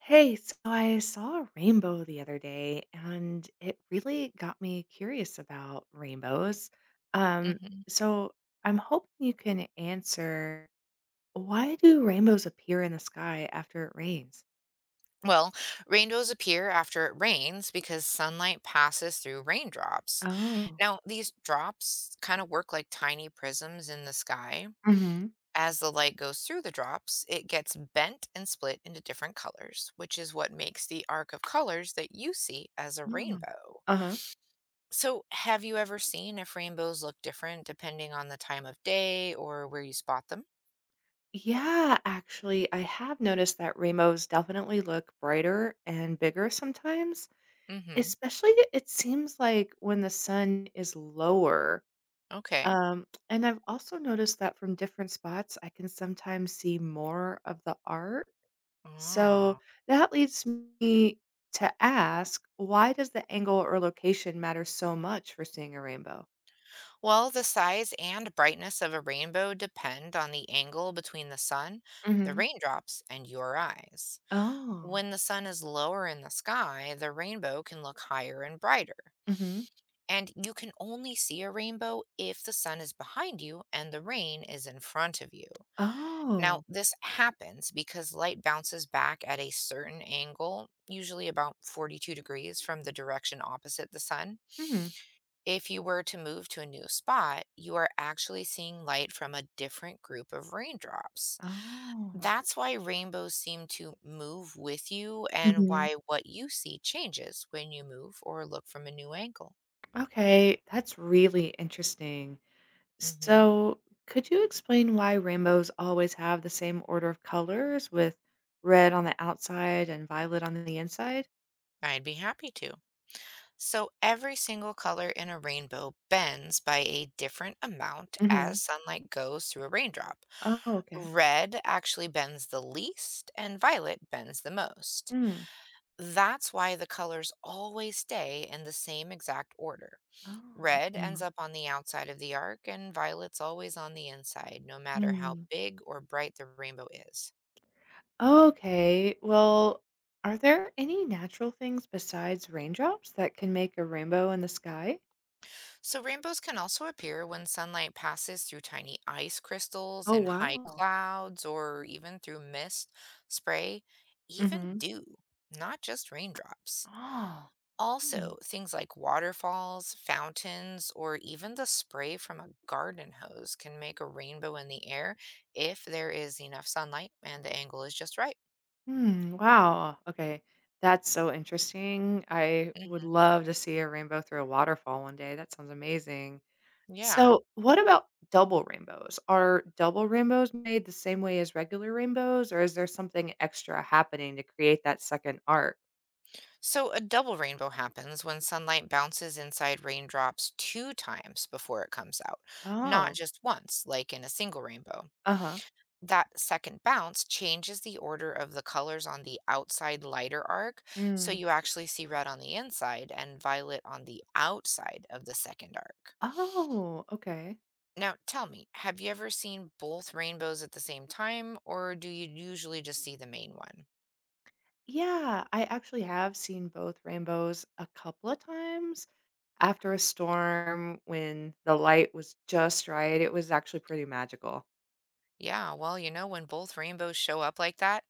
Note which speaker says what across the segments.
Speaker 1: Hey, so I saw a rainbow the other day and it really got me curious about rainbows. Um,
Speaker 2: Mhm.
Speaker 1: so I'm hoping you can answer, why do rainbows appear in the sky after it rains?
Speaker 2: Well, rainbows appear after it rains because sunlight passes through raindrops.
Speaker 1: Oh.
Speaker 2: Now, these drops kind of work like tiny prisms in the sky.
Speaker 1: Mm-hmm.
Speaker 2: As the light goes through the drops, it gets bent and split into different colors, which is what makes the arc of colors that you see as a rainbow.
Speaker 1: Uh-huh.
Speaker 2: So, have you ever seen if rainbows look different depending on the time of day or where you spot them?
Speaker 1: Yeah, actually, I have noticed that rainbows definitely look brighter and bigger sometimes,
Speaker 2: Mm-hmm.
Speaker 1: especially it seems like when the sun is lower.
Speaker 2: Okay.
Speaker 1: And I've also noticed that from different spots, I can sometimes see more of the art. So
Speaker 2: Ah.
Speaker 1: that leads me to ask, why does the angle or location matter so much for seeing a rainbow?
Speaker 2: Well, the size and brightness of a rainbow depend on the angle between the sun, the
Speaker 1: Hmm.
Speaker 2: raindrops, and your eyes.
Speaker 1: Oh.
Speaker 2: When the sun is lower in the sky, the rainbow can look higher and brighter.
Speaker 1: Hmm.
Speaker 2: And you can only see a rainbow if the sun is behind you and the rain is in front of you. Now,
Speaker 1: Oh.
Speaker 2: this happens because light bounces back at a certain angle, usually about 42 degrees from the direction opposite the sun.
Speaker 1: Hmm.
Speaker 2: If you were to move to a new spot, you are actually seeing light from a different group of raindrops.
Speaker 1: Oh.
Speaker 2: That's why rainbows seem to move with you and
Speaker 1: Hmm.
Speaker 2: why what you see changes when you move or look from a new angle.
Speaker 1: Okay, that's really interesting.
Speaker 2: Hmm.
Speaker 1: So, could you explain why rainbows always have the same order of colors, with red on the outside and violet on the inside?
Speaker 2: I'd be happy to. So every single color in a rainbow bends by a different amount as
Speaker 1: Hmm.
Speaker 2: sunlight goes through a raindrop.
Speaker 1: Oh, okay.
Speaker 2: Red actually bends the least, and violet bends the most.
Speaker 1: Hmm.
Speaker 2: That's why the colors always stay in the same exact order.
Speaker 1: Oh,
Speaker 2: Red ends
Speaker 1: no.
Speaker 2: up on the outside of the arc, and violet's always on the inside, no matter how
Speaker 1: Hmm.
Speaker 2: big or bright the rainbow is.
Speaker 1: Okay. Well, are there any natural things besides raindrops that can make a rainbow in the sky?
Speaker 2: So, rainbows can also appear when sunlight passes through tiny ice crystals
Speaker 1: Oh,
Speaker 2: in high
Speaker 1: wow.
Speaker 2: clouds or even through mist, spray, even
Speaker 1: Mm-hmm.
Speaker 2: dew, not just raindrops.
Speaker 1: Oh.
Speaker 2: Also, things like waterfalls, fountains, or even the spray from a garden hose can make a rainbow in the air if there is enough sunlight and the angle is just right.
Speaker 1: Hmm, wow. Okay. That's so interesting. I would
Speaker 2: Hmm.
Speaker 1: love to see a rainbow through a waterfall one day. That sounds amazing.
Speaker 2: Yeah.
Speaker 1: So, what about double rainbows? Are double rainbows made the same way as regular rainbows, or is there something extra happening to create that second arc?
Speaker 2: So, a double rainbow happens when sunlight bounces inside raindrops two times before it comes out, not
Speaker 1: Oh,
Speaker 2: just once, like in a single rainbow.
Speaker 1: uh huh.
Speaker 2: That second bounce changes the order of the colors on the outside lighter arc, so
Speaker 1: Mm.
Speaker 2: you actually see red on the inside and violet on the outside of the second arc.
Speaker 1: Oh, okay.
Speaker 2: Now, tell me, have you ever seen both rainbows at the same time, or do you usually just see the main one?
Speaker 1: Yeah, I actually have seen both rainbows a couple of times. After a storm, when the light was just right, it was actually pretty magical.
Speaker 2: Yeah, well, when both rainbows show up like that,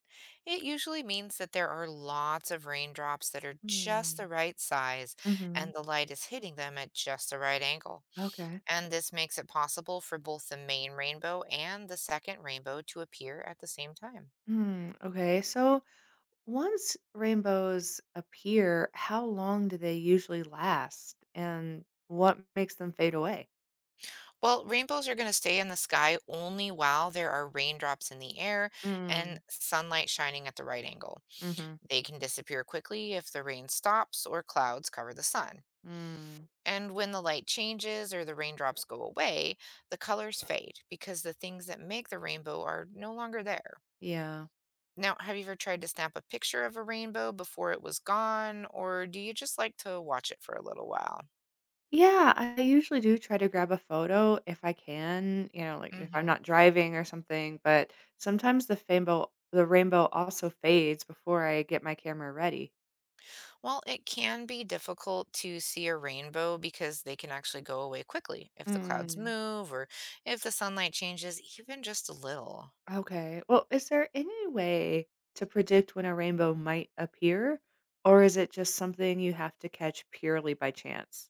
Speaker 2: it usually means that there are lots of raindrops that are just the
Speaker 1: Mm.
Speaker 2: right size
Speaker 1: Hmm.
Speaker 2: and
Speaker 1: Mhm.
Speaker 2: the light is hitting them at just the right angle.
Speaker 1: Okay.
Speaker 2: And this makes it possible for both the main rainbow and the second rainbow to appear at the same time.
Speaker 1: Mm, okay. So once rainbows appear, how long do they usually last and what makes them fade away?
Speaker 2: Well, rainbows are going to stay in the sky only while there are raindrops in the air
Speaker 1: Mm.
Speaker 2: and sunlight shining at the right angle.
Speaker 1: Mhm.
Speaker 2: They can disappear quickly if the rain stops or clouds cover the sun.
Speaker 1: Mm.
Speaker 2: And when the light changes or the raindrops go away, the colors fade because the things that make the rainbow are no longer there.
Speaker 1: Yeah.
Speaker 2: Now, have you ever tried to snap a picture of a rainbow before it was gone, or do you just like to watch it for a little while?
Speaker 1: Yeah, I usually do try to grab a photo if I can, you know, like if I'm
Speaker 2: Hmm.
Speaker 1: not driving or something, but sometimes the rainbow also fades before I get my camera ready.
Speaker 2: Well, it can be difficult to see a rainbow because they can actually go away quickly if the clouds
Speaker 1: Mm,
Speaker 2: move or if the sunlight changes even just a little.
Speaker 1: okay. Well, is there any way to predict when a rainbow might appear, or is it just something you have to catch purely by chance?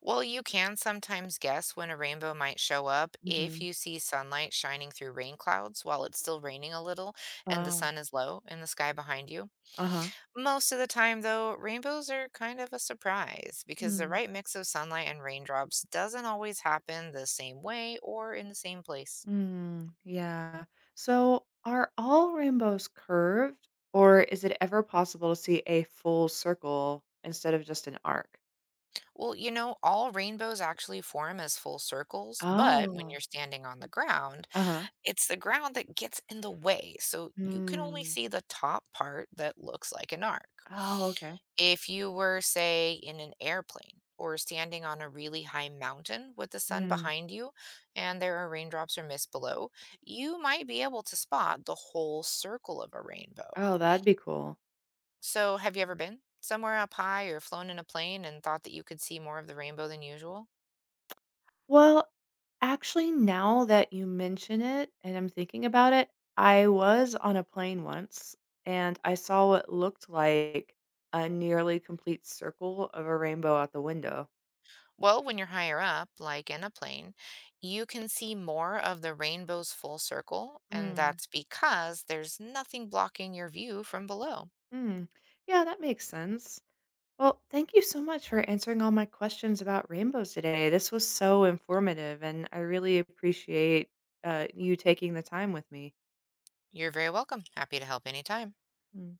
Speaker 2: Well, you can sometimes guess when a rainbow might show up if
Speaker 1: Hmm.
Speaker 2: you see sunlight shining through rain clouds while it's still raining a little and the
Speaker 1: Oh,
Speaker 2: sun is low in the sky behind you.
Speaker 1: uh-huh.
Speaker 2: Most of the time, though, rainbows are kind of a surprise because the right mix of sunlight and raindrops doesn't always happen the same way or in the same place.
Speaker 1: Mm, yeah. So are all rainbows curved, or is it ever possible to see a full circle instead of just an arc?
Speaker 2: Well, all rainbows actually form as full circles, but when
Speaker 1: Oh,
Speaker 2: you're standing on the ground,
Speaker 1: uh-huh.
Speaker 2: it's the ground that gets in the way, so you can only
Speaker 1: Mm.
Speaker 2: see the top part that looks like an arc.
Speaker 1: Oh, okay.
Speaker 2: If you were, say, in an airplane or standing on a really high mountain with the sun
Speaker 1: Mm.
Speaker 2: behind you and there are raindrops or mist below, you might be able to spot the whole circle of a rainbow.
Speaker 1: Oh, that'd be cool.
Speaker 2: So, have you ever been somewhere up high or flown in a plane and thought that you could see more of the rainbow than usual?
Speaker 1: Well, actually, now that you mention it and I'm thinking about it, I was on a plane once and I saw what looked like a nearly complete circle of a rainbow out the window.
Speaker 2: Well, when you're higher up, like in a plane, you can see more of the rainbow's full circle, and
Speaker 1: Mm.
Speaker 2: that's because there's nothing blocking your view from below.
Speaker 1: Mm. Yeah, that makes sense. Well, thank you so much for answering all my questions about rainbows today. This was so informative, and I really appreciate you taking the time with me.
Speaker 2: You're very welcome. Happy to help anytime.
Speaker 1: Mm.